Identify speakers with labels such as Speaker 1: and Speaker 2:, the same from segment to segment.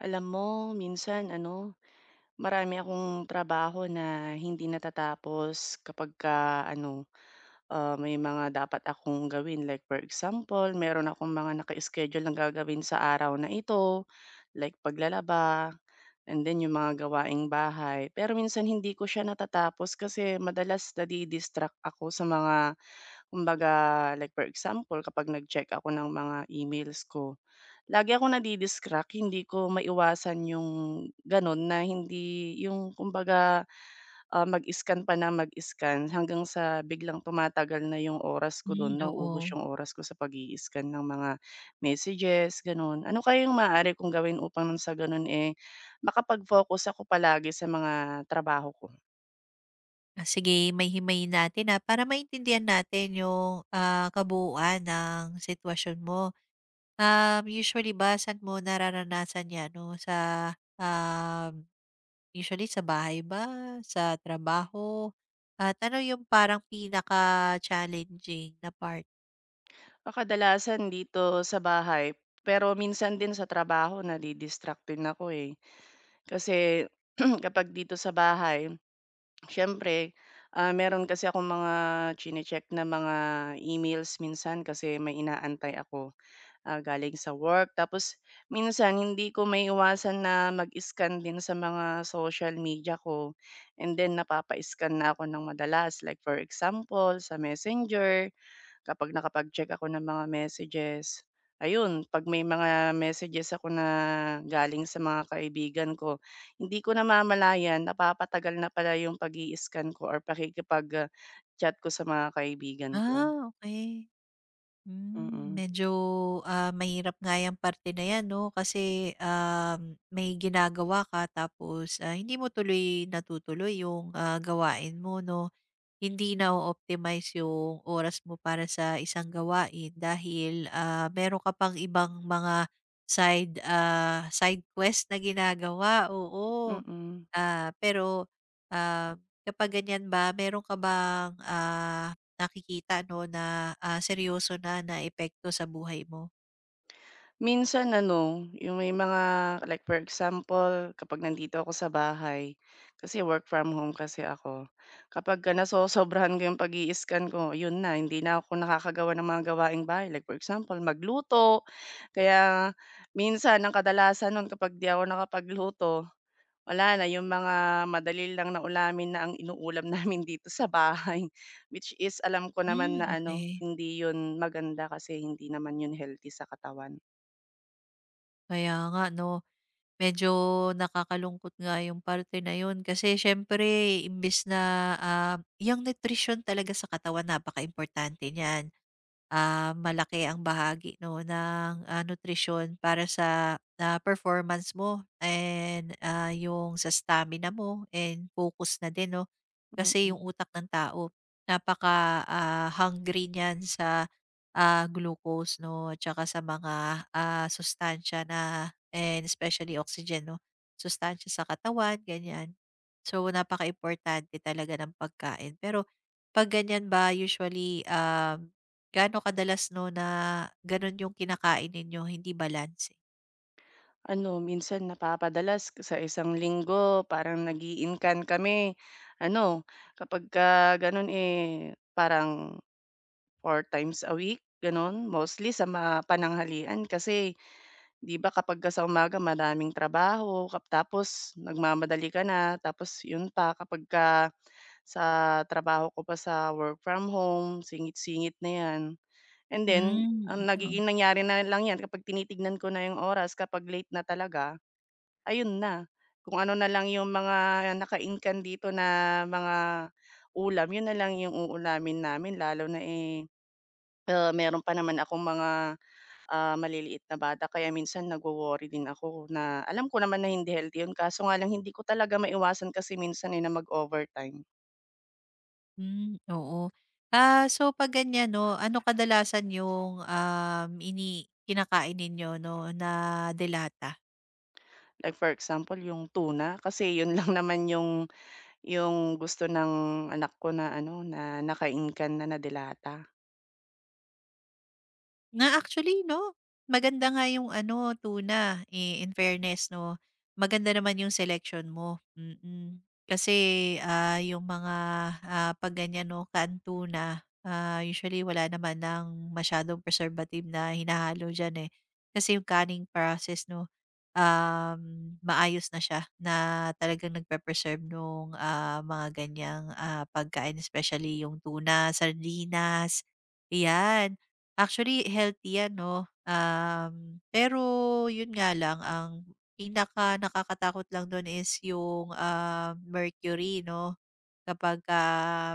Speaker 1: Alam mo, minsan ano, marami akong trabaho na hindi natatapos kapag ka ano, may mga dapat akong gawin. Like for example, meron akong mga naka-schedule na gagawin sa araw na ito, like paglalaba, and then yung mga gawaing bahay. Pero minsan hindi ko siya natatapos kasi madalas nadidistract ako sa mga, kumbaga, like for example, kapag nag-check ako ng mga emails ko, lagi akong nadi-distract, hindi ko maiwasan yung gano'n na hindi yung kumbaga, mag-scan pa nang mag-scan hanggang sa biglang tumatagal na yung oras ko
Speaker 2: Hmm,
Speaker 1: do'n, nauubos
Speaker 2: oo.
Speaker 1: yung oras ko sa pag scan ng mga messages, gano'n. Ano kaya yung maaari kong gawin upang sa gano'n, eh, makapag-focus ako palagi sa mga trabaho ko?
Speaker 2: Sige, himay-himayin natin, na para maintindihan natin yung, kabuuan ng sitwasyon mo. Usually ba saan mo nararanasan 'yan 'no, sa, usually sa bahay ba, sa trabaho, at ano yung parang pinaka-challenging na part?
Speaker 1: Ah, kadalasan dito sa bahay, pero minsan din sa trabaho nadi-distract din ako, eh. Kasi kapag dito sa bahay siyempre, meron kasi akong mga chine-check na mga emails minsan kasi may inaantay ako, galing sa work. Tapos minsan hindi ko may maiiwasan na mag-scan din sa mga social media ko and then napapa-scan na ako ng madalas. Like for example, sa Messenger, kapag nakapag-check ako ng mga messages, ayun 'pag may mga messages ako na galing sa mga kaibigan ko, hindi ko namamalayan napapatagal na pala yung pag-i-scan ko or pakikipag, chat ko sa mga kaibigan ko.
Speaker 2: Okay.
Speaker 1: Mm,
Speaker 2: Medyo, mahirap nga 'yang parte na 'yan 'no, kasi, may ginagawa ka tapos, hindi mo tuloy natutuloy 'yung, gawain mo 'no. Hindi na optimize 'yung oras mo para sa isang gawain dahil, meron ka pang ibang mga side quest na ginagawa, oo.
Speaker 1: mm.
Speaker 2: Ah, pero, ah, kapag ganyan ba meron ka bang, nakikita 'no na, seryoso na na epekto sa buhay mo?
Speaker 1: Minsan ano, yung may mga like for example, kapag nandito ako sa bahay, kasi work from home kasi ako. Kapag ka nasosobrahan ko yung pag scan ko, yun na, hindi na ako nakakagawa ng mga gawaing bahay. Like for example, magluto. Kaya minsan, ang kadalasan nun kapag di ako nakapagluto, wala na, yung mga madali lang na ulamin na ang inuulam namin dito sa bahay. Which is, alam ko naman
Speaker 2: Hmm,
Speaker 1: na ano,
Speaker 2: okay.
Speaker 1: hindi yun maganda kasi hindi naman yun healthy sa katawan.
Speaker 2: Kaya nga 'no, medyo nakakalungkot nga yung parte na yun kasi siyempre imbes na, yung nutrition talaga sa katawan napaka importante niyan. Malaki ang bahagi 'no ng, nutrisyon para sa, performance mo and, yung sa stamina mo and focus na din 'no. Kasi yung
Speaker 1: Mm.
Speaker 2: utak ng tao hungry niyan sa, glucose 'no at saka sa mga, sustansiya na and especially oxygen 'no, sustansiya sa katawan ganyan. So, napaka importante talaga ng pagkain. Pero 'pag ganyan ba usually, gaano kadalas 'no na gano'n yung kinakain ninyo, hindi balanse?
Speaker 1: Ano minsan napapadalas sa isang linggo parang nag i kami. Ano, kapagka gano'n, eh, parang 4 times a week gano'n, mostly sa mga pananghalian kasi 'di ba kapagka sa umaga maraming trabaho tapos nagmamadali ka na tapos 'yun pa kapagka sa trabaho ko pa sa work from home, singit-singit na 'yan. And then ang
Speaker 2: Hmm, oo.
Speaker 1: nagiging nangyari na lang 'yan kapag tinitignan ko na 'yung oras kapag late na talaga ayun na, kung ano na lang yung mga naka-inkan dito na mga ulam, yun na lang yung uulamin namin lalo na, eh, meron pa naman akong mga, maliliit na bata kaya minsan nagwo-worry din ako na alam ko naman na hindi healthy yun kaso nga lang hindi ko talaga maiwasan kasi minsan, eh, na mag-overtime.
Speaker 2: Hmm, oo. So 'pag ganyan 'no, ano kadalasan yung, um, ini kinakain ninyo 'no na delata?
Speaker 1: Like for example yung tuna kasi yun lang naman yung gusto ng anak ko na ano, na naka-inkan na, na delata.
Speaker 2: Na actually 'no, maganda nga yung ano, tuna, eh, in fairness 'no, maganda naman yung selection mo, mm. Kasi, yung mga, 'pag ganyan 'no, canned tuna, usually wala naman ng masyadong preservative na hinahalo diyan, eh. Kasi yung canning process 'no, um, maayos na siya na talagang nagpe-preserve nung, mga ganyang, pagkain especially yung tuna, sardinas, 'yan. Actually, healthy yan 'no, um, pero yun nga lang ang pinaka nakakatakot lang dun is yung, mercury 'no, kapagka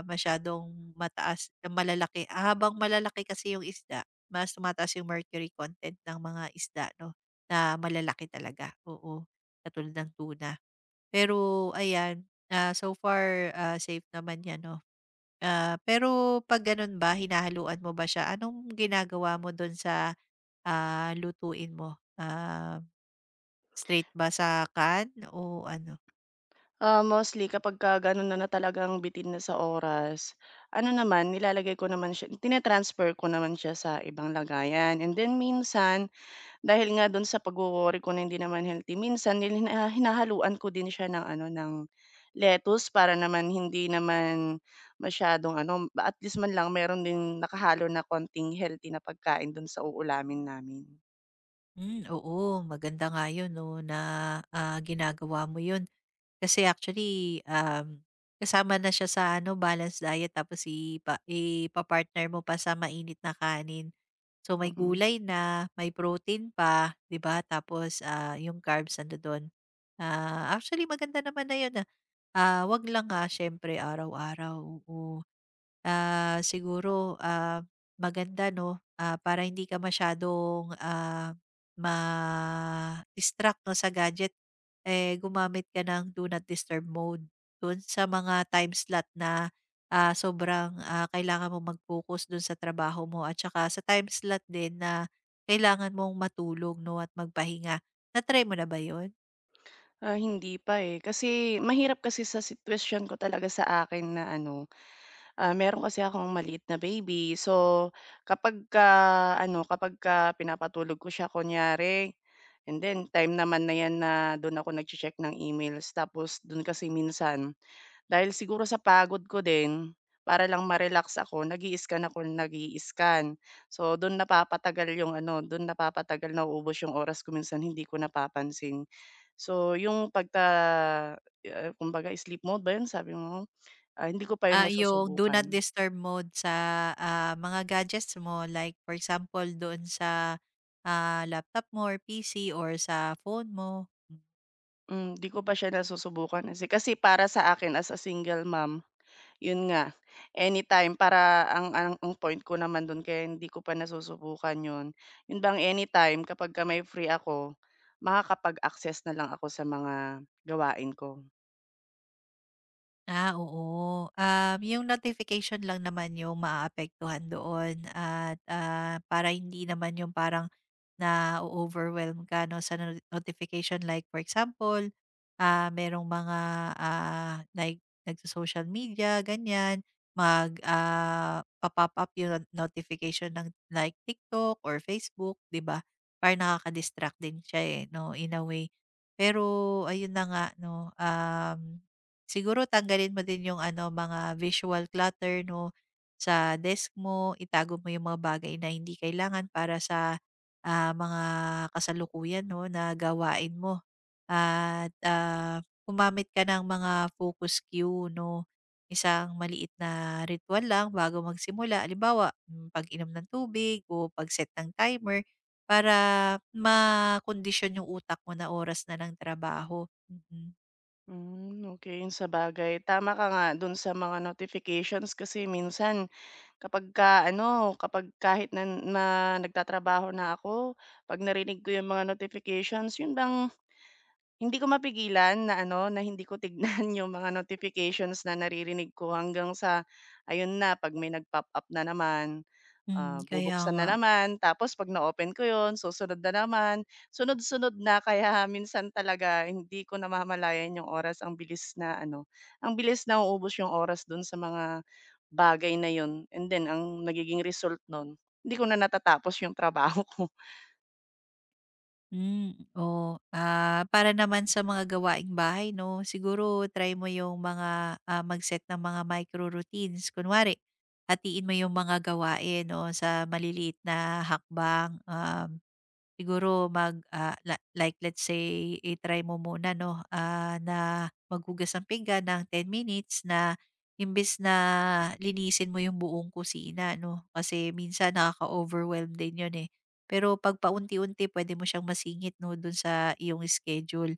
Speaker 2: masyadong mataas malalaki habang malalaki kasi yung isda, mas tumataas yung mercury content ng mga isda 'no, na malalaki talaga, oo, katulad ng tuna. Pero ayan, so far, safe naman yan 'no. Pero 'pag gano'n ba, hinahaluan mo ba siya? Anong ginagawa mo do'n sa, lutuin mo? Straight ba sa can o ano?
Speaker 1: Ah, mostly kapagka gano'n na na talagang bitin na sa oras, ano naman nilalagay ko naman siya ko naman siya sa ibang lagayan. And then minsan, dahil nga do'n sa pagwo-worry ko na hindi naman healthy, minsan hinahaluan ko din siya ng ano, ng lettuce para naman hindi naman masyadong ano, at least man lang meron din nakahalo na konting healthy na pagkain do'n sa uulamin namin.
Speaker 2: Hmm, oo, maganda nga 'yun 'no, na, ginagawa mo 'yun. Kasi actually, kasama na siya sa ano, balanced diet tapos ipa-partner mo pa sa mainit na kanin. So, may
Speaker 1: Mm.
Speaker 2: gulay na, may protein pa, 'di ba? Tapos, 'yung carbs nandodo'n. Actually maganda naman na 'yun, ah. 'Wag lang nga siyempre araw-araw, oo. Siguro, maganda 'no, para hindi ka masyadong, ma-distract 'no sa gadget, eh, gumamit ka ng do not disturb mode do'n sa mga time slot na, sobrang, kailangan mo mag-focus do'n sa trabaho mo at saka sa time slot din na kailangan mong matulog 'no at magpahinga. Na-try mo na ba yon?
Speaker 1: Ah, hindi pa, eh, kasi mahirap kasi sa sitwasyon ko talaga sa akin na ano, meron kasi akong maliit na baby. So, kapag ka ano, kapag ka pinapatulog ko siya kunyari, and then time naman na 'yan na do'n ako nag check ng emails. Tapos do'n kasi minsan, dahil siguro sa pagod ko din, para lang ma-relax ako, nag scan ako ng nag scan. So, do'n napapatagal 'yung ano, do'n napapatagal, nauubos 'yung oras ko minsan hindi ko napapansin. So, 'yung pagka kumbaga sleep mode ba 'yun sabi mo? Ah, hindi ko pa 'yun
Speaker 2: Yung do
Speaker 1: nasusubukan.
Speaker 2: not disturb mode sa, mga gadgets mo like for example doon sa, laptop mo or PC or sa phone mo.
Speaker 1: Hmm, 'di ko pa siya nasusubukan kasi kasi para sa akin as a single mom, yun nga, anytime para ang point ko naman dun kaya hindi ko pa nasusubukan yun, yun bang anytime kapagka may free ako, makakapag-access na lang ako sa mga gawain ko.
Speaker 2: Oo. Yung notification lang naman yung maaapektuhan doon at, para hindi naman yung parang na overwhelm ka 'no sa no notification. Like for example, merong mga, like nagso-social media ganyan, pa-pop up yung notification ng like TikTok or Facebook, 'di ba? Parang nakaka-distract din siya, eh, 'no, in a way. Pero ayun na nga 'no, siguro tanggalin mo din yung ano, mga visual clutter 'no, sa desk mo, itago mo yung mga bagay na hindi kailangan para sa, mga kasalukuyan 'no, na gawain mo. At, gumamit ka ng mga focus cue 'no, isang maliit na ritual lang bago magsimula. Halimbawa, hmm, pag-inom ng tubig o pag-set ng timer para makondisyon yung utak mo na oras na ng trabaho. Mhm. Mm.
Speaker 1: Hmm, okey, yun sabagay tama ka nga dun sa mga notifications kasi minsan kapagka ano, kapag kahit na na nagtatrabaho na ako, 'pag narinig ko yung mga notifications yun bang hindi ko mapigilan na ano, na hindi ko tignan yung mga notifications na naririnig ko hanggang sa ayun na 'pag may nag-pop up na naman,
Speaker 2: Hmm, kaya
Speaker 1: bubuksan na
Speaker 2: nga.
Speaker 1: naman tapos 'pag na-open ko yun susunod na naman, sunod-sunod na kaya minsan talaga hindi ko namamalayan yung oras ang bilis na ano, ang bilis na nauubos yung oras dun sa mga bagay na yun and then ang nagiging result nun, hindi ko na natatapos yung trabaho ko.
Speaker 2: Hmm, oh, para naman sa mga gawaing bahay 'no, siguro try mo yung mga, mag-set ng mga micro routines. Kunwari, hatiin mo yung mga gawain, no, sa maliliit na hakbang, siguro mag ah, la like let's say i-try mo muna 'no, na maghugas ng pinggan ng 10 minutes na imbes na linisin mo yung buong kusina 'no, kasi minsan nakaka-overwhelm din yun, eh. Pero 'pag paunti-unti pwede mo siyang masingit 'no, dun sa iyong schedule.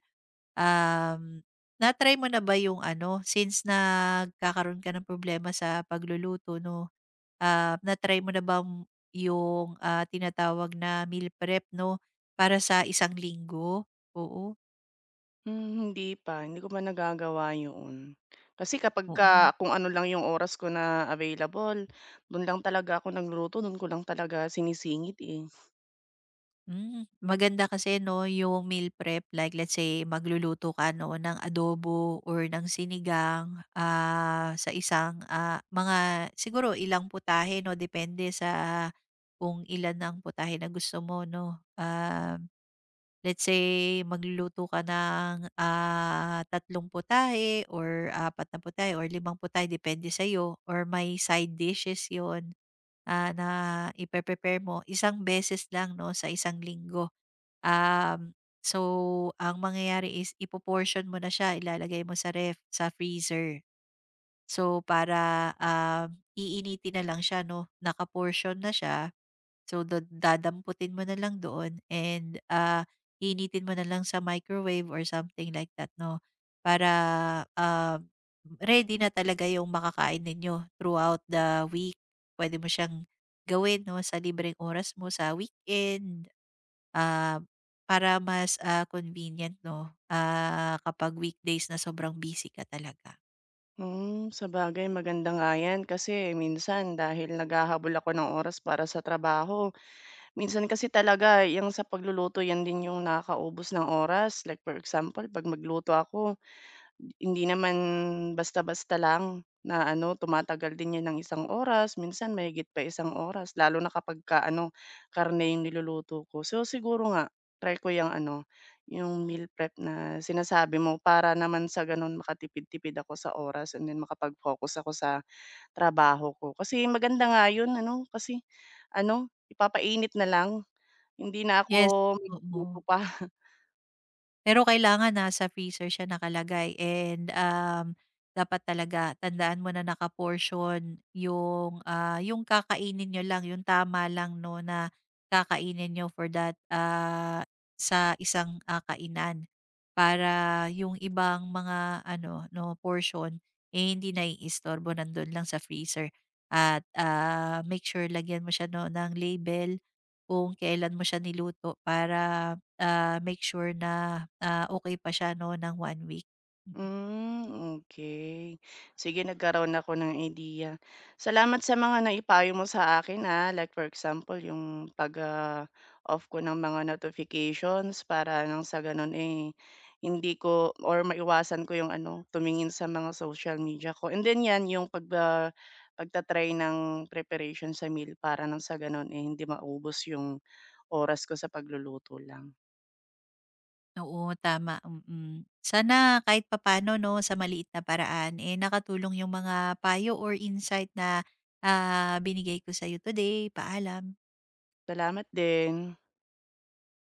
Speaker 2: Um, Na-try mo na ba yung ano, since nagkakaroon ka ng problema sa pagluluto 'no? Na-try mo na bang yung, tinatawag na meal prep 'no, para sa isang linggo? Oo,
Speaker 1: Hmm, hindi ko pa nagagawa yun. Kasi kapagka
Speaker 2: oo.
Speaker 1: kung ano lang yung oras ko na available, dun lang talaga ako nagluluto, dun ko lang talaga sinisingit, eh.
Speaker 2: Hmm, maganda kasi 'no yung meal prep, like let's say magluluto ka 'no ng adobo or ng sinigang, sa isang, mga siguro ilang putahe 'no depende sa kung ilan ang putahe na gusto mo 'no. Ah, let's say magluluto ka ng, tatlong putahe or apat na putahe or limang putahe depende sa'yo or may side dishes yon, ah, na ipe-prepare mo isang beses lang 'no sa isang linggo. Um, so ang mangyayari is ipoportion mo na siya, ilalagay mo sa ref, sa freezer. So para, iinitin na lang siya 'no, nakaportion na siya. So, dadamputin mo na lang doon and, initin mo na lang sa microwave or something like that 'no, para, ah, ready na talaga yung makakain ninyo throughout the week. Pwede mo siyang gawin 'no, sa libreng oras mo sa weekend, ah, para mas, convenient 'no, kapag weekdays na sobrang busy ka talaga.
Speaker 1: Hmm, sabagay maganda nga yan kasi minsan dahil naghahabol ako ng oras para sa trabaho, minsan kasi talaga yung sa pagluluto yan din yung nakakaubos ng oras. Like for example, 'pag magluto ako hindi naman basta-basta lang na ano, tumatagal din 'yan ng 1 oras, minsan mahigit pa 1 oras lalo na kapagka ano, karne yung niluluto ko. So, siguro nga try ko yang ano, yung meal prep na sinasabi mo para naman sa gano'n makatipid-tipid ako sa oras and then makapag-focus ako sa trabaho ko. Kasi maganda nga yun ano, kasi ano, ipapainit na lang, hindi na
Speaker 2: Yes,
Speaker 1: ako magluluto
Speaker 2: oo.
Speaker 1: pa.
Speaker 2: Pero kailangan nasa freezer siya nakalagay and, dapat talaga tandaan mo na nakaportion yung, yung kakainin niyo lang, yung tama lang 'no na kakainin niyo for that, sa isang, kainan. Para yung ibang mga ano 'no, portion, eh, hindi naiistorbo, nandun lang sa freezer at, make sure lagyan mo siya 'no ng label kung kailan mo siya niluto para make sure na, okay pa siya 'no ng 1 week. Mm.
Speaker 1: Hmm, okay. Sige nagkaroon ako ng idea. Salamat sa mga naipayo mo sa akin, like for example yung pag, off ko ng mga notifications para nang sa gano'n, eh, hindi ko or maiwasan ko yung ano, tumingin sa mga social media ko and then 'yan yung pag, pagta-try ng preparation sa meal para nang sa gano'n, eh, hindi maubos yung oras ko sa pagluluto lang.
Speaker 2: Oo, tama, mm. Sana kahit papaano 'no, sa maliit na paraan, eh, nakatulong yung mga payo or insight na, binigay ko sa sa'yo today. Paalam.
Speaker 1: Salamat din.